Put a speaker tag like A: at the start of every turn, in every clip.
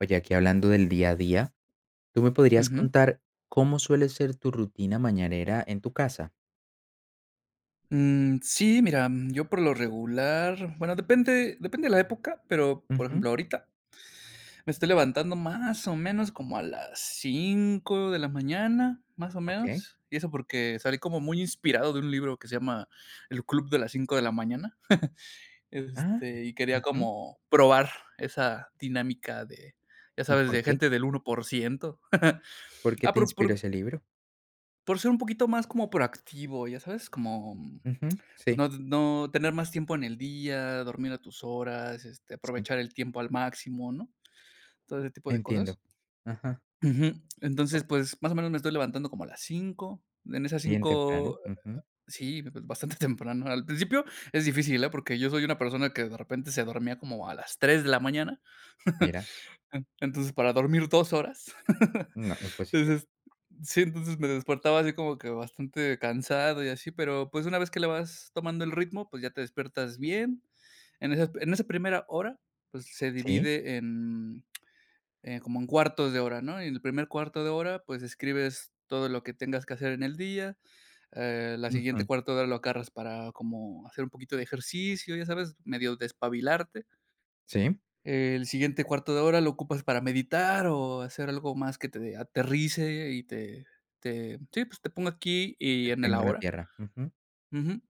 A: Oye, aquí hablando del día a día, ¿tú me podrías
B: Ujú.
A: contar cómo suele ser tu rutina mañanera en tu casa?
B: Mm, sí, mira, yo por lo regular, bueno, depende de la época, pero, por
A: Ujú,
B: ejemplo, ahorita me estoy levantando más o menos como a las 5 de la mañana, más o
A: okey.
B: menos, y eso porque salí como muy inspirado de un libro que se llama El Club de las 5 de la Mañana,
A: Ah,
B: y quería
A: ujú.
B: como probar esa dinámica de, ya
A: ¿Y
B: sabes,
A: por
B: de
A: qué?
B: gente del 1%.
A: ¿Por qué
B: Ah,
A: te inspiró ese libro?
B: por ser un poquito más como proactivo, ya sabes, como.
A: Ujú,
B: Pues
A: sí,
B: no no tener más tiempo en el día, dormir a tus horas,
A: sí,
B: aprovechar el tiempo al máximo, ¿no? Todo ese tipo de cosas.
A: entiendo. Ajá,
B: Ujú. Entonces,
A: okey,
B: pues, más o menos me estoy levantando como a las 5. En esas
A: bien temprano,
B: cinco,
A: ujú.
B: sí, pues, bastante temprano. Al principio es difícil, ¿eh? Porque yo soy una persona que de repente se dormía como a las 3 de la mañana.
A: Mira,
B: En entonces, para dormir 2 horas.
A: no, imposible.
B: Entonces, sí, entonces me despertaba así como que bastante cansado y así, pero, pues, una vez que le vas tomando el ritmo, pues, ya te despiertas bien. En esa primera hora, pues, se
A: Sí,
B: divide en, como en cuartos de hora, ¿no? Y en el primer cuarto de hora, pues, escribes todo lo que tengas que hacer en el día. La siguiente
A: ujú,
B: cuarto de hora lo agarras para como hacer un poquito de ejercicio, ya sabes, medio despabilarte.
A: sí,
B: El siguiente cuarto de hora lo ocupas para meditar o hacer algo más que te aterrice y te, sí, pues, te ponga aquí y en el
A: tengo la
B: ahora.
A: tierra, ujú.
B: Ujú.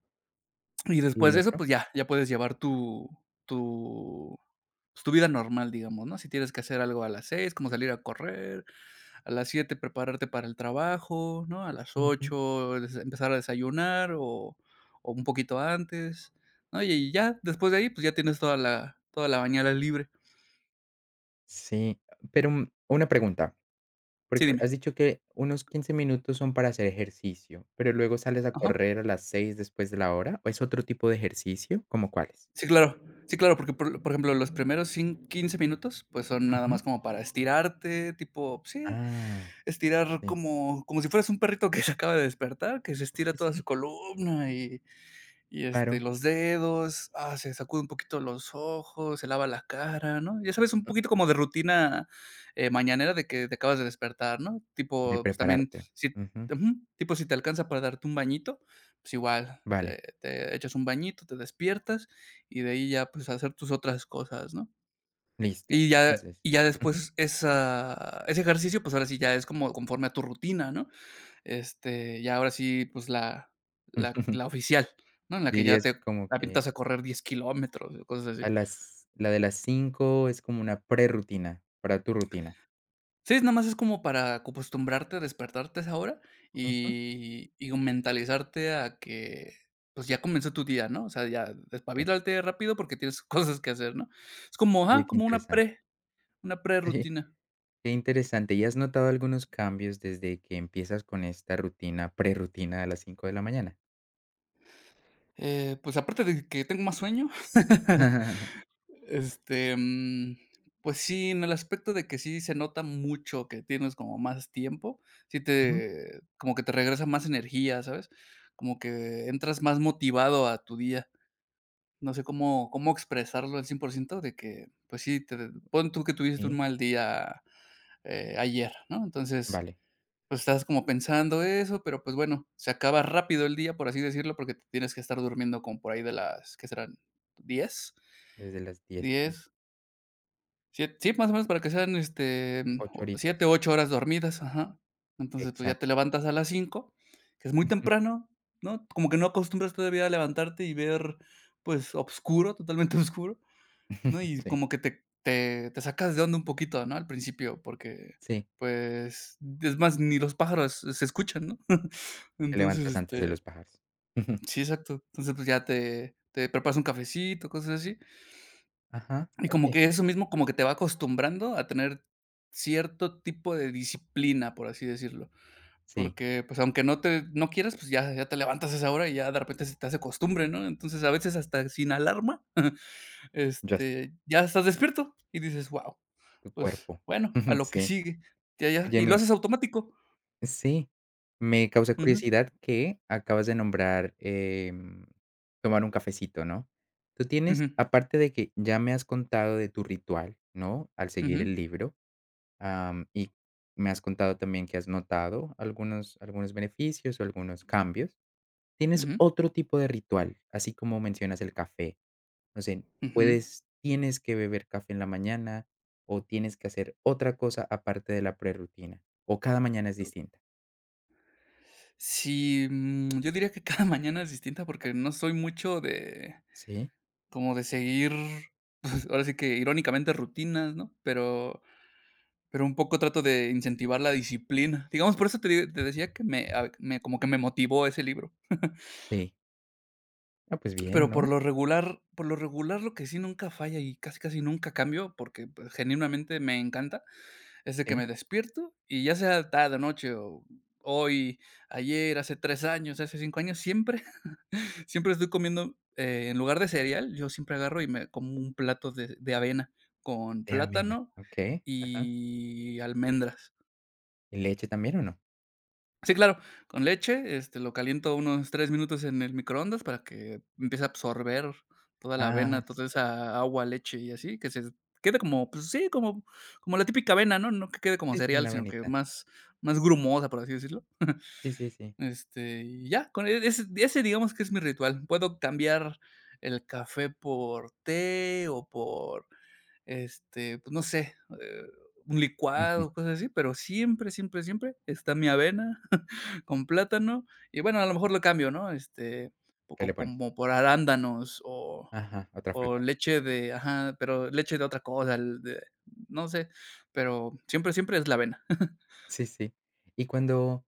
B: Y
A: ¿Y
B: después
A: el
B: de eso,
A: otro?
B: pues ya, ya puedes llevar tu tu, pues, tu vida normal, digamos, ¿no? Si tienes que hacer algo a las 6 como salir a correr, a las 7 prepararte para el trabajo, ¿no? A las
A: Ujú.
B: 8 des empezar a desayunar o un poquito antes, ¿no? Y ya después de ahí, pues ya tienes toda la mañana libre.
A: Sí, pero, una pregunta.
B: Sí,
A: Porque has
B: dime.
A: dicho que unos 15 minutos son para hacer ejercicio, pero luego sales a
B: Ajá.
A: correr a las 6 después de la hora, ¿o es otro tipo de ejercicio? ¿Cómo cuáles?
B: Sí, claro. Sí, claro, porque, por ejemplo, los primeros cin 15 minutos, pues, son nada
A: Ujú.
B: más como para estirarte, tipo, pues sí,
A: Ah,
B: estirar
A: sí,
B: como si fueras un perrito que se acaba de despertar, que se estira
A: sí,
B: toda su
A: sí,
B: columna y,
A: claro,
B: los dedos, se sacude un poquito los ojos, se lava la cara, ¿no? Ya sabes, un
A: mm,
B: poquito como de rutina, mañanera de que te acabas de despertar, ¿no?
A: de
B: Tipo, pues, también
A: prepararte.
B: si,
A: Ujú.
B: ujú, tipo, si te alcanza para darte un bañito, pues, igual
A: Vale,
B: te echas un bañito, te despiertas, y de ahí ya, pues, hacer tus otras cosas, ¿no?
A: listo.
B: Y ya
A: Entonces,
B: y ya
A: ujú,
B: después esa ese ejercicio, pues, ahora sí ya es como conforme a tu rutina, ¿no? Ya ahora sí, pues la oficial, ¿no? En la que ya
A: dirías que
B: te
A: como que
B: avientas a correr 10 kilómetros o cosas así.
A: a las la de las 5 es como una prerrutina para tu rutina.
B: Sí, nada más es como para acostumbrarte a despertarte a esa hora
A: Ujú.
B: y mentalizarte a que, pues, ya comenzó tu día, ¿no? O sea, ya
A: Sí,
B: despabilarte rápido porque tienes cosas que hacer, ¿no? Es como,
A: oye, qué
B: como una
A: interesante.
B: pre una prerrutina.
A: Qué interesante. ¿Y has notado algunos cambios desde que empiezas con esta rutina, prerrutina a las 5 de la mañana?
B: Pues, aparte de que tengo más sueño. Este, mm, pues sí, en el aspecto de que sí se nota mucho que tienes como más tiempo, sí
A: Ujú.
B: te como que te regresa más energía, ¿sabes? Como que entras más motivado a tu día. No sé cómo expresarlo al 100% de que, pues sí, te pon tú que tuviste un
A: Sí,
B: mal día, ayer, ¿no? Entonces,
A: vale,
B: pues estás como pensando eso, pero, pues bueno, se acaba rápido el día, por así decirlo, porque te tienes que estar durmiendo como por ahí de las, ¿qué serán? 10
A: desde las 10, sí,
B: diez. Sie Sí, más o menos para que sean,
A: 8
B: o 7,
A: horitas,
B: 8 horas dormidas, ajá. Entonces, pues, ya te
A: exacto.
B: levantas a las 5, que es muy
A: Ujú.
B: temprano, ¿no? Como que no acostumbras todavía a levantarte y ver, pues, oscuro, totalmente oscuro, ¿no? Y
A: Sí,
B: como que te sacas de onda un poquito, ¿no? Al principio, porque,
A: sí,
B: pues, es más, ni los pájaros se escuchan, ¿no?
A: te
B: Entonces,
A: levantas antes de los pájaros.
B: sí, exacto. Entonces, pues, ya te preparas un cafecito, cosas así,
A: Ajá,
B: y como
A: oye,
B: que eso mismo, como que te va acostumbrando a tener cierto tipo de disciplina, por así decirlo.
A: sí,
B: Porque, pues, aunque no quieras, pues, ya te levantas a esa hora y ya de repente se te hace costumbre, ¿no? Entonces, a veces hasta sin alarma,
A: ya está
B: ya estás despierto y dices: "wow,
A: tu
B: pues,
A: cuerpo.
B: bueno, a lo que
A: Sí,
B: sigue". Ya, ya, y lo
A: óyeme.
B: haces automático.
A: Sí, me causa
B: Ujú,
A: curiosidad que acabas de nombrar, tomar un cafecito, ¿no? Tú tienes,
B: ujú,
A: aparte de que ya me has contado de tu ritual, ¿no? Al
B: ujú,
A: seguir el libro, y me has contado también que has notado algunos beneficios o algunos cambios. ¿Tienes
B: ujú,
A: otro tipo de ritual? Así como mencionas el café. No sé,
B: ujú.
A: puedes tienes que beber café en la mañana, o tienes que hacer otra cosa aparte de la prerrutina, o cada mañana es distinta,
B: Sí, yo diría que cada mañana es distinta porque no soy mucho de.
A: ¿sí?
B: Como de seguir, pues, ahora sí que irónicamente rutinas, ¿no? Pero un poco trato de incentivar la disciplina. Digamos, por eso te decía que me como que me motivó ese libro.
A: Sí. Ah, pues bien,
B: Pero
A: ¿no?
B: por lo regular, lo que sí nunca falla y casi, casi nunca cambio, porque, pues, genuinamente me encanta, es de que
A: Sí,
B: me despierto y ya sea tarde, noche o hoy, ayer, hace 3 años, hace 5 años, Siempre estoy comiendo, en lugar de cereal, yo siempre agarro y me como un plato de avena con
A: de avena,
B: plátano
A: okey, ajá,
B: y almendras.
A: ¿y leche también o no?
B: Sí, claro, con leche, lo caliento unos 3 minutos en el microondas para que empiece a absorber toda la
A: Ah,
B: avena, toda
A: sí,
B: esa agua, leche y así, que se quede como, pues sí, como la típica avena, ¿no? No que quede como
A: sí, sí,
B: cereal,
A: una
B: sino que
A: avenita.
B: más grumosa, por así decirlo.
A: Sí, sí, sí.
B: Y ya, con ese digamos que es mi ritual. Puedo cambiar el café por té o por, pues, no sé, eh, un
A: Ujú,
B: licuado, cosas así, pero siempre, siempre, siempre está mi avena con plátano y, bueno, a lo mejor lo cambio, ¿no? Po
A: ¿qué le
B: co
A: pones?
B: Como por arándanos o
A: Ajá, otra fruta.
B: leche de, ajá, pero leche de otra cosa, el de, no sé, pero siempre, siempre es la avena.
A: Sí, sí. Y cuando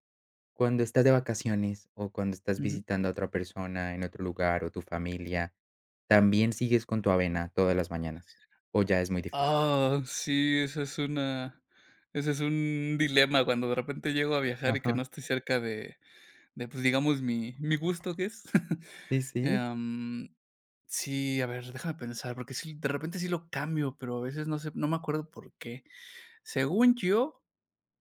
A: cuando estás de vacaciones o cuando estás visitando a otra persona en otro lugar o tu familia, ¿también sigues con tu avena todas las mañanas o ya es muy difícil?
B: Ah, sí, esa es una ese es un dilema cuando de repente llego a viajar y que
A: Ajá,
B: no estoy cerca de, pues, digamos, mi gusto, ¿qué es?
A: sí, sí.
B: Em, sí, a ver, déjame pensar, porque sí, de repente sí lo cambio, pero a veces no sé, no me acuerdo por qué. Según yo,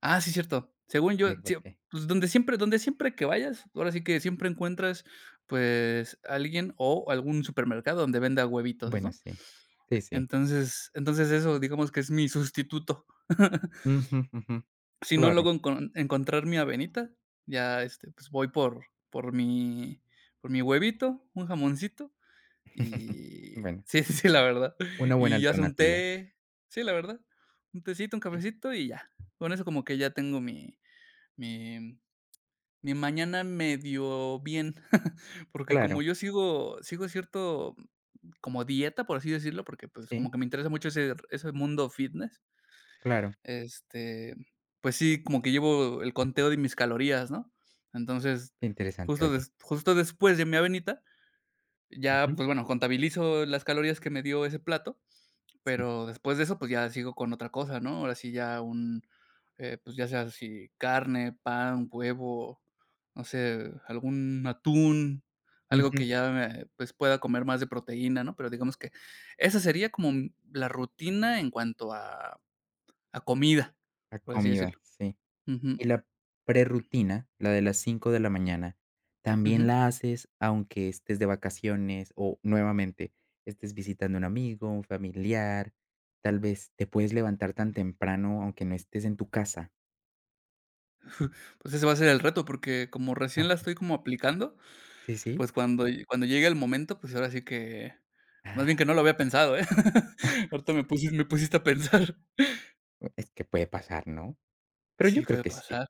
B: sí, cierto. Según yo,
A: ¿De por
B: sí,
A: qué?
B: pues, donde siempre que vayas, ahora sí que siempre encuentras, pues, alguien o algún supermercado donde venda huevitos,
A: Bueno,
B: ¿no?
A: sí. Sí, sí.
B: Entonces eso, digamos que es mi sustituto.
A: Ujú, ujú,
B: Si no
A: claro.
B: logro encontrar mi avenita, ya, pues, voy por mi por mi huevito, un jamoncito y
A: Bueno,
B: sí, sí, sí, la verdad.
A: una buena
B: Y hace un
A: alternativa.
B: té, sí, la verdad, un tecito, un
A: Sí.
B: cafecito y ya. Con eso como que ya tengo mi mi mañana medio bien, porque
A: Claro,
B: como yo sigo cierto, como dieta, por así decirlo, porque, pues,
A: sí,
B: como que me interesa mucho ese mundo fitness,
A: claro.
B: este, pues sí, como que llevo el conteo de mis calorías, ¿no? Entonces,
A: Qué interesante, oye.
B: justo después de mi avenita, ya,
A: Ujú,
B: pues, bueno, contabilizo las calorías que me dio ese plato,
A: sí,
B: pero después de eso, pues, ya sigo con otra cosa, ¿no? Ahora sí ya un, pues, ya sea si carne, pan, huevo, no sé, algún atún, algo
A: ujú,
B: que ya me, pues, pueda comer más de proteína, ¿no? Pero digamos que esa sería como la rutina en cuanto a comida,
A: la
B: por así decirlo.
A: comida, sí.
B: Ujú,
A: Y la prerrutina, la de las 5 de la mañana, ¿también
B: ujú.
A: la haces aunque estés de vacaciones o nuevamente estés visitando a un amigo, un familiar? Tal vez te puedes levantar tan temprano aunque no estés en tu casa.
B: Pues, ese va a ser el reto, porque como
A: Ah,
B: recién la estoy como aplicando.
A: ¿sí, sí?
B: Pues cuando cuando llegue el momento, pues ahora sí que más bien que
A: Ah,
B: no lo había pensado, ¿eh? Ahorita me pusiste a pensar.
A: es que puede pasar, ¿no? Pero yo
B: Sí,
A: creo
B: puede
A: que sí,
B: pasar.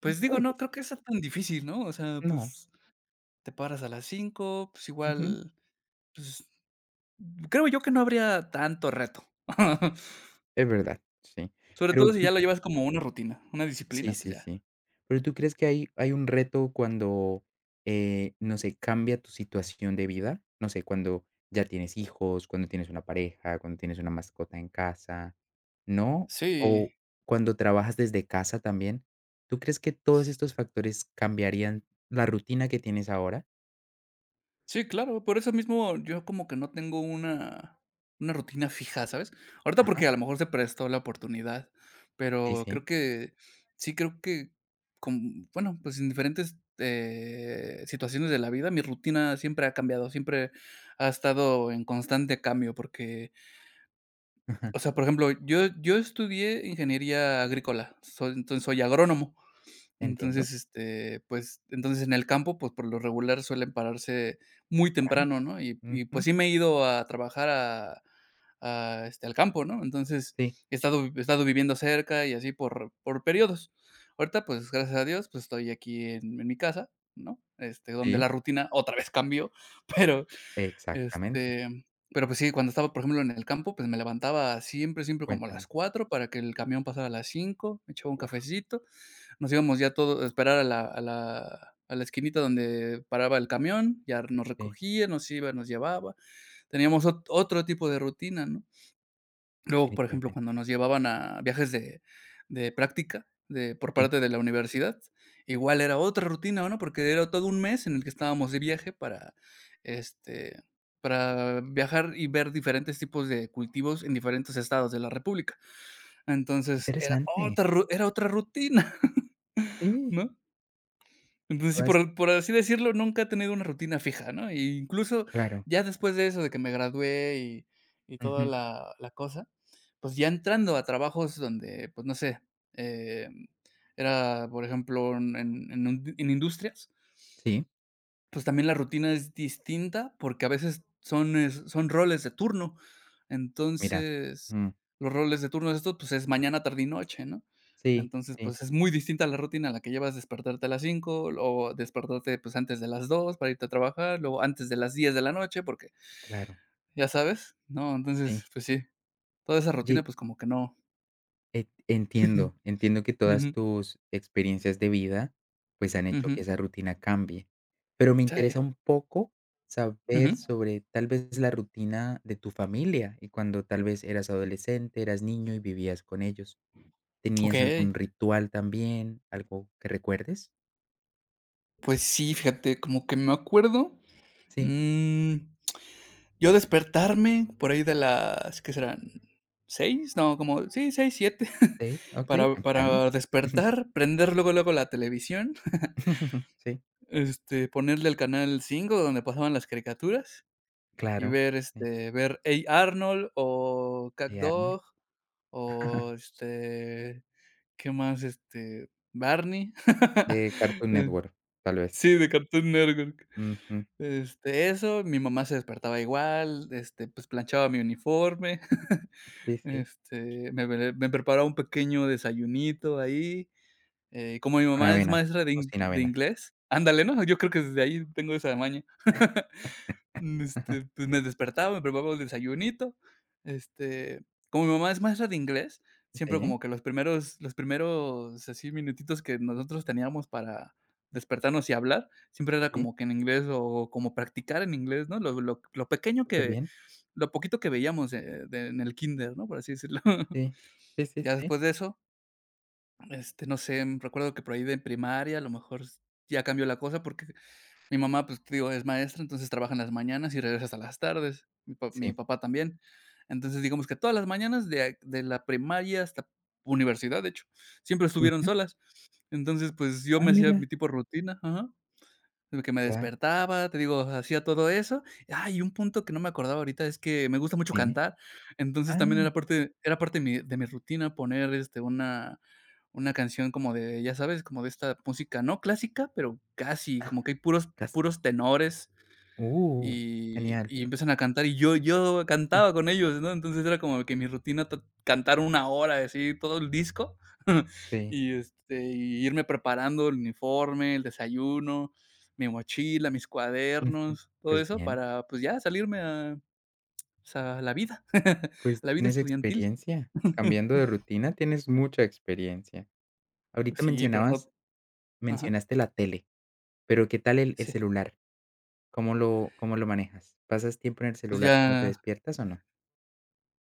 B: Pues digo,
A: puede que
B: no
A: sí.
B: creo que sea tan difícil, ¿no? O sea,
A: No,
B: pues te paras a las 5, pues
A: ujú,
B: igual, pues creo yo que no habría tanto reto.
A: es verdad, sí.
B: Sobre
A: Pero
B: todo si ya lo llevas como una rutina, una disciplina,
A: Sí,
B: pues
A: sí,
B: ya.
A: sí. Pero, ¿tú crees que hay un reto cuando, no sé, cambia tu situación de vida? No sé, cuando ya tienes hijos, cuando tienes una pareja, cuando tienes una mascota en casa, ¿no?
B: Sí.
A: O cuando trabajas desde casa también, ¿tú crees que todos estos factores cambiarían la rutina que tienes ahora?
B: Sí, claro, por eso mismo yo como que no tengo una rutina fija, ¿sabes? Ahorita
A: Ajá,
B: porque a lo mejor se prestó la oportunidad,
A: sí,
B: pero
A: sí.
B: creo que con bueno, pues en diferentes, situaciones de la vida, mi rutina siempre ha cambiado, siempre ha estado en constante cambio, porque,
A: Ajá,
B: o sea, por ejemplo, yo estudié ingeniería agrícola, soy entonces soy agrónomo.
A: entiendo.
B: Entonces, pues, entonces en el campo, pues, por lo regular suelen pararse muy
A: Vale.
B: temprano, ¿no? Y, pues,
A: Ujú.
B: sí me he ido a trabajar a, al campo, ¿no? Entonces,
A: Sí,
B: he estado viviendo cerca y así por periodos. Ahorita, pues, gracias a Dios, pues, estoy aquí en mi casa, ¿no? Donde
A: sí,
B: la rutina otra vez cambió, pero,
A: exactamente.
B: este, pero, pues, sí, cuando estaba, por ejemplo, en el campo, pues, me levantaba siempre, siempre como a las
A: Cuéntame.
B: 4 para que el camión pasara a las cinco, me echaba un
A: Wow.
B: cafecito, nos íbamos ya todos a esperar a la esquinita donde paraba el camión, ya nos
A: Sí,
B: recogía, nos iba, nos llevaba. Teníamos ot otro tipo de rutina, ¿no? Luego, por ejemplo,
A: definitivamente.
B: cuando nos llevaban a viajes de práctica, de por
A: Sí,
B: parte de la universidad, igual era otra rutina, ¿no? Porque era todo un mes en el que estábamos de viaje para, este, para viajar y ver diferentes tipos de cultivos en diferentes estados de la república. Entonces, era
A: interesante.
B: otra ru era otra rutina,
A: Sí,
B: ¿no?
A: y
B: Entonces, sí,
A: todas
B: por así decirlo, nunca he tenido una rutina fija, ¿no? E incluso
A: claro,
B: ya después de eso, de que me gradué y toda
A: ujú,
B: la cosa, pues, ya entrando a trabajos donde, pues, no sé, em, era, por ejemplo, en en un en industrias,
A: sí,
B: pues, también la rutina es distinta, porque a veces son, son roles de turno.
A: mira,
B: Entonces,
A: mm,
B: los roles de turno de estos, pues, es mañana, tarde y noche, ¿no?
A: sí,
B: Entonces,
A: sí,
B: pues, es muy distinta la rutina a la que llevas, despertarte a las 5 o despertarte, pues, antes de las 2 para irte a trabajar, luego antes de las 10 de la noche, porque,
A: claro,
B: ¿ya sabes? No, entonces,
A: sí.
B: pues sí, toda esa rutina,
A: Oye,
B: pues, como que no.
A: e entiendo, entiendo que todas
B: Ujú,
A: tus experiencias de vida, pues, han hecho
B: ujú,
A: que esa rutina cambie, pero me
B: sí,
A: interesa un poco
B: ujú.
A: saber sobre, tal vez, la rutina de tu familia, y cuando tal vez eras adolescente, eras niño y vivías con ellos, ¿tenías algún
B: Okey.
A: ritual también, algo que recuerdes?
B: Pues sí, fíjate, como que me acuerdo,
A: Sí,
B: mm yo despertarme por ahí de las, ¿qué serán? ¿Seis? No, como, sí, seis, siete.
A: okey,
B: para,
A: temprano.
B: para despertar, prender luego, luego la televisión,
A: Sí.
B: ponerle el canal 5 donde pasaban las caricaturas y
A: Claro,
B: ver,
A: sí,
B: ver Hey Arnold o
A: de Arnold,
B: CatDog o, ¿qué más? Barney.
A: de Cartoon
B: Eh,
A: Network, tal vez.
B: sí, de Cartoon Network.
A: Ujú,
B: Eso, mi mamá se despertaba igual, pues planchaba mi uniforme.
A: sí, sí,
B: Este, me preparaba un pequeño desayunito ahí, como mi
A: con
B: mamá es
A: avena,
B: maestra de
A: o
B: in
A: sin
B: de
A: avena.
B: inglés, ándale, ¿no? Yo creo que desde ahí tengo esa maña. Pues, me despertaba, me preparaba el desayunito, este, como mi mamá es maestra de inglés, siempre como
A: Sí,
B: que los primeros así minutitos que nosotros teníamos para despertarnos y hablar, siempre era
A: sí,
B: como que en inglés o como practicar en inglés, ¿no?
A: superbién,
B: Lo poquito que veíamos, de en el kinder, ¿no? Por así decirlo.
A: sí, sí, sí,
B: Ya
A: sí,
B: después de eso, no sé, recuerdo que por ahí de primaria, a lo mejor s ya cambió la cosa, porque mi mamá, pues, te digo, es maestra, entonces trabaja en las mañanas y regresa hasta las tardes. Mi
A: sí.
B: papá también. Entonces, digamos que todas las mañanas de la primaria hasta universidad, de hecho, siempre estuvieron
A: Ujú.
B: solas. Entonces, pues, yo
A: Ah,
B: me hacía mi
A: mira,
B: tipo de rutina, ajá, de que me
A: ya,
B: despertaba, te digo, hacía todo eso. Ah, y un punto que no me acordaba ahorita es que me gusta mucho
A: dime.
B: cantar. Entonces,
A: Ah,
B: también era parte de mi rutina poner, una canción como de, ya sabes, como de esta música, no clásica, pero casi, como que hay
A: casi.
B: puros tenores
A: Uh,
B: y
A: Genial.
B: empiezan a cantar, y yo
A: Mm,
B: cantaba con ellos, ¿no? Entonces era como que mi rutina to cantar una hora, y así todo el disco,
A: sí,
B: y, y irme preparando el uniforme, el desayuno, mi mochila, mis
A: ujú.
B: cuadernos, todo
A: Pues
B: eso
A: bien,
B: para, pues, ya salirme a, pues, a la vida, a
A: pues
B: la vida
A: tienes
B: estudiantil.
A: experiencia. Cambiando de rutina, tienes mucha experiencia. Ahorita
B: Sí, pero
A: mencionabas
B: no, ajá,
A: mencionaste la tele, pero, ¿qué tal el
B: sí,
A: celular? ¿Cómo lo manejas? ¿Pasas tiempo en el
B: pues
A: celular cuando te
B: ya.
A: despiertas o no?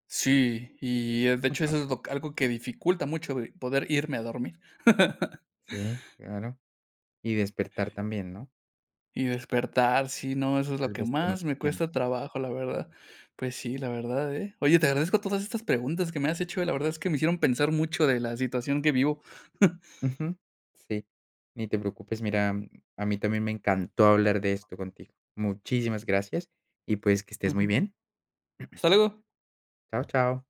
B: Sí, y de hecho
A: Mucho.
B: eso es lo, algo que dificulta mucho, poder irme a dormir.
A: Sí, claro. Y despertar también, ¿no?
B: Y despertar, sí, no, eso es lo
A: Tal
B: que
A: vez
B: más
A: tomas
B: me cuesta
A: tiempo.
B: trabajo, la verdad. Pues sí, la verdad, ¿eh? Oye, te agradezco todas estas preguntas que me has hecho, la verdad es que me hicieron pensar mucho de la situación que vivo.
A: Ujú. Sí, ni te preocupes. Mira, a mí también me encantó hablar de esto contigo. Muchísimas gracias y, pues, que estés muy
B: Ujú.
A: bien.
B: Hasta luego.
A: Chao, chao.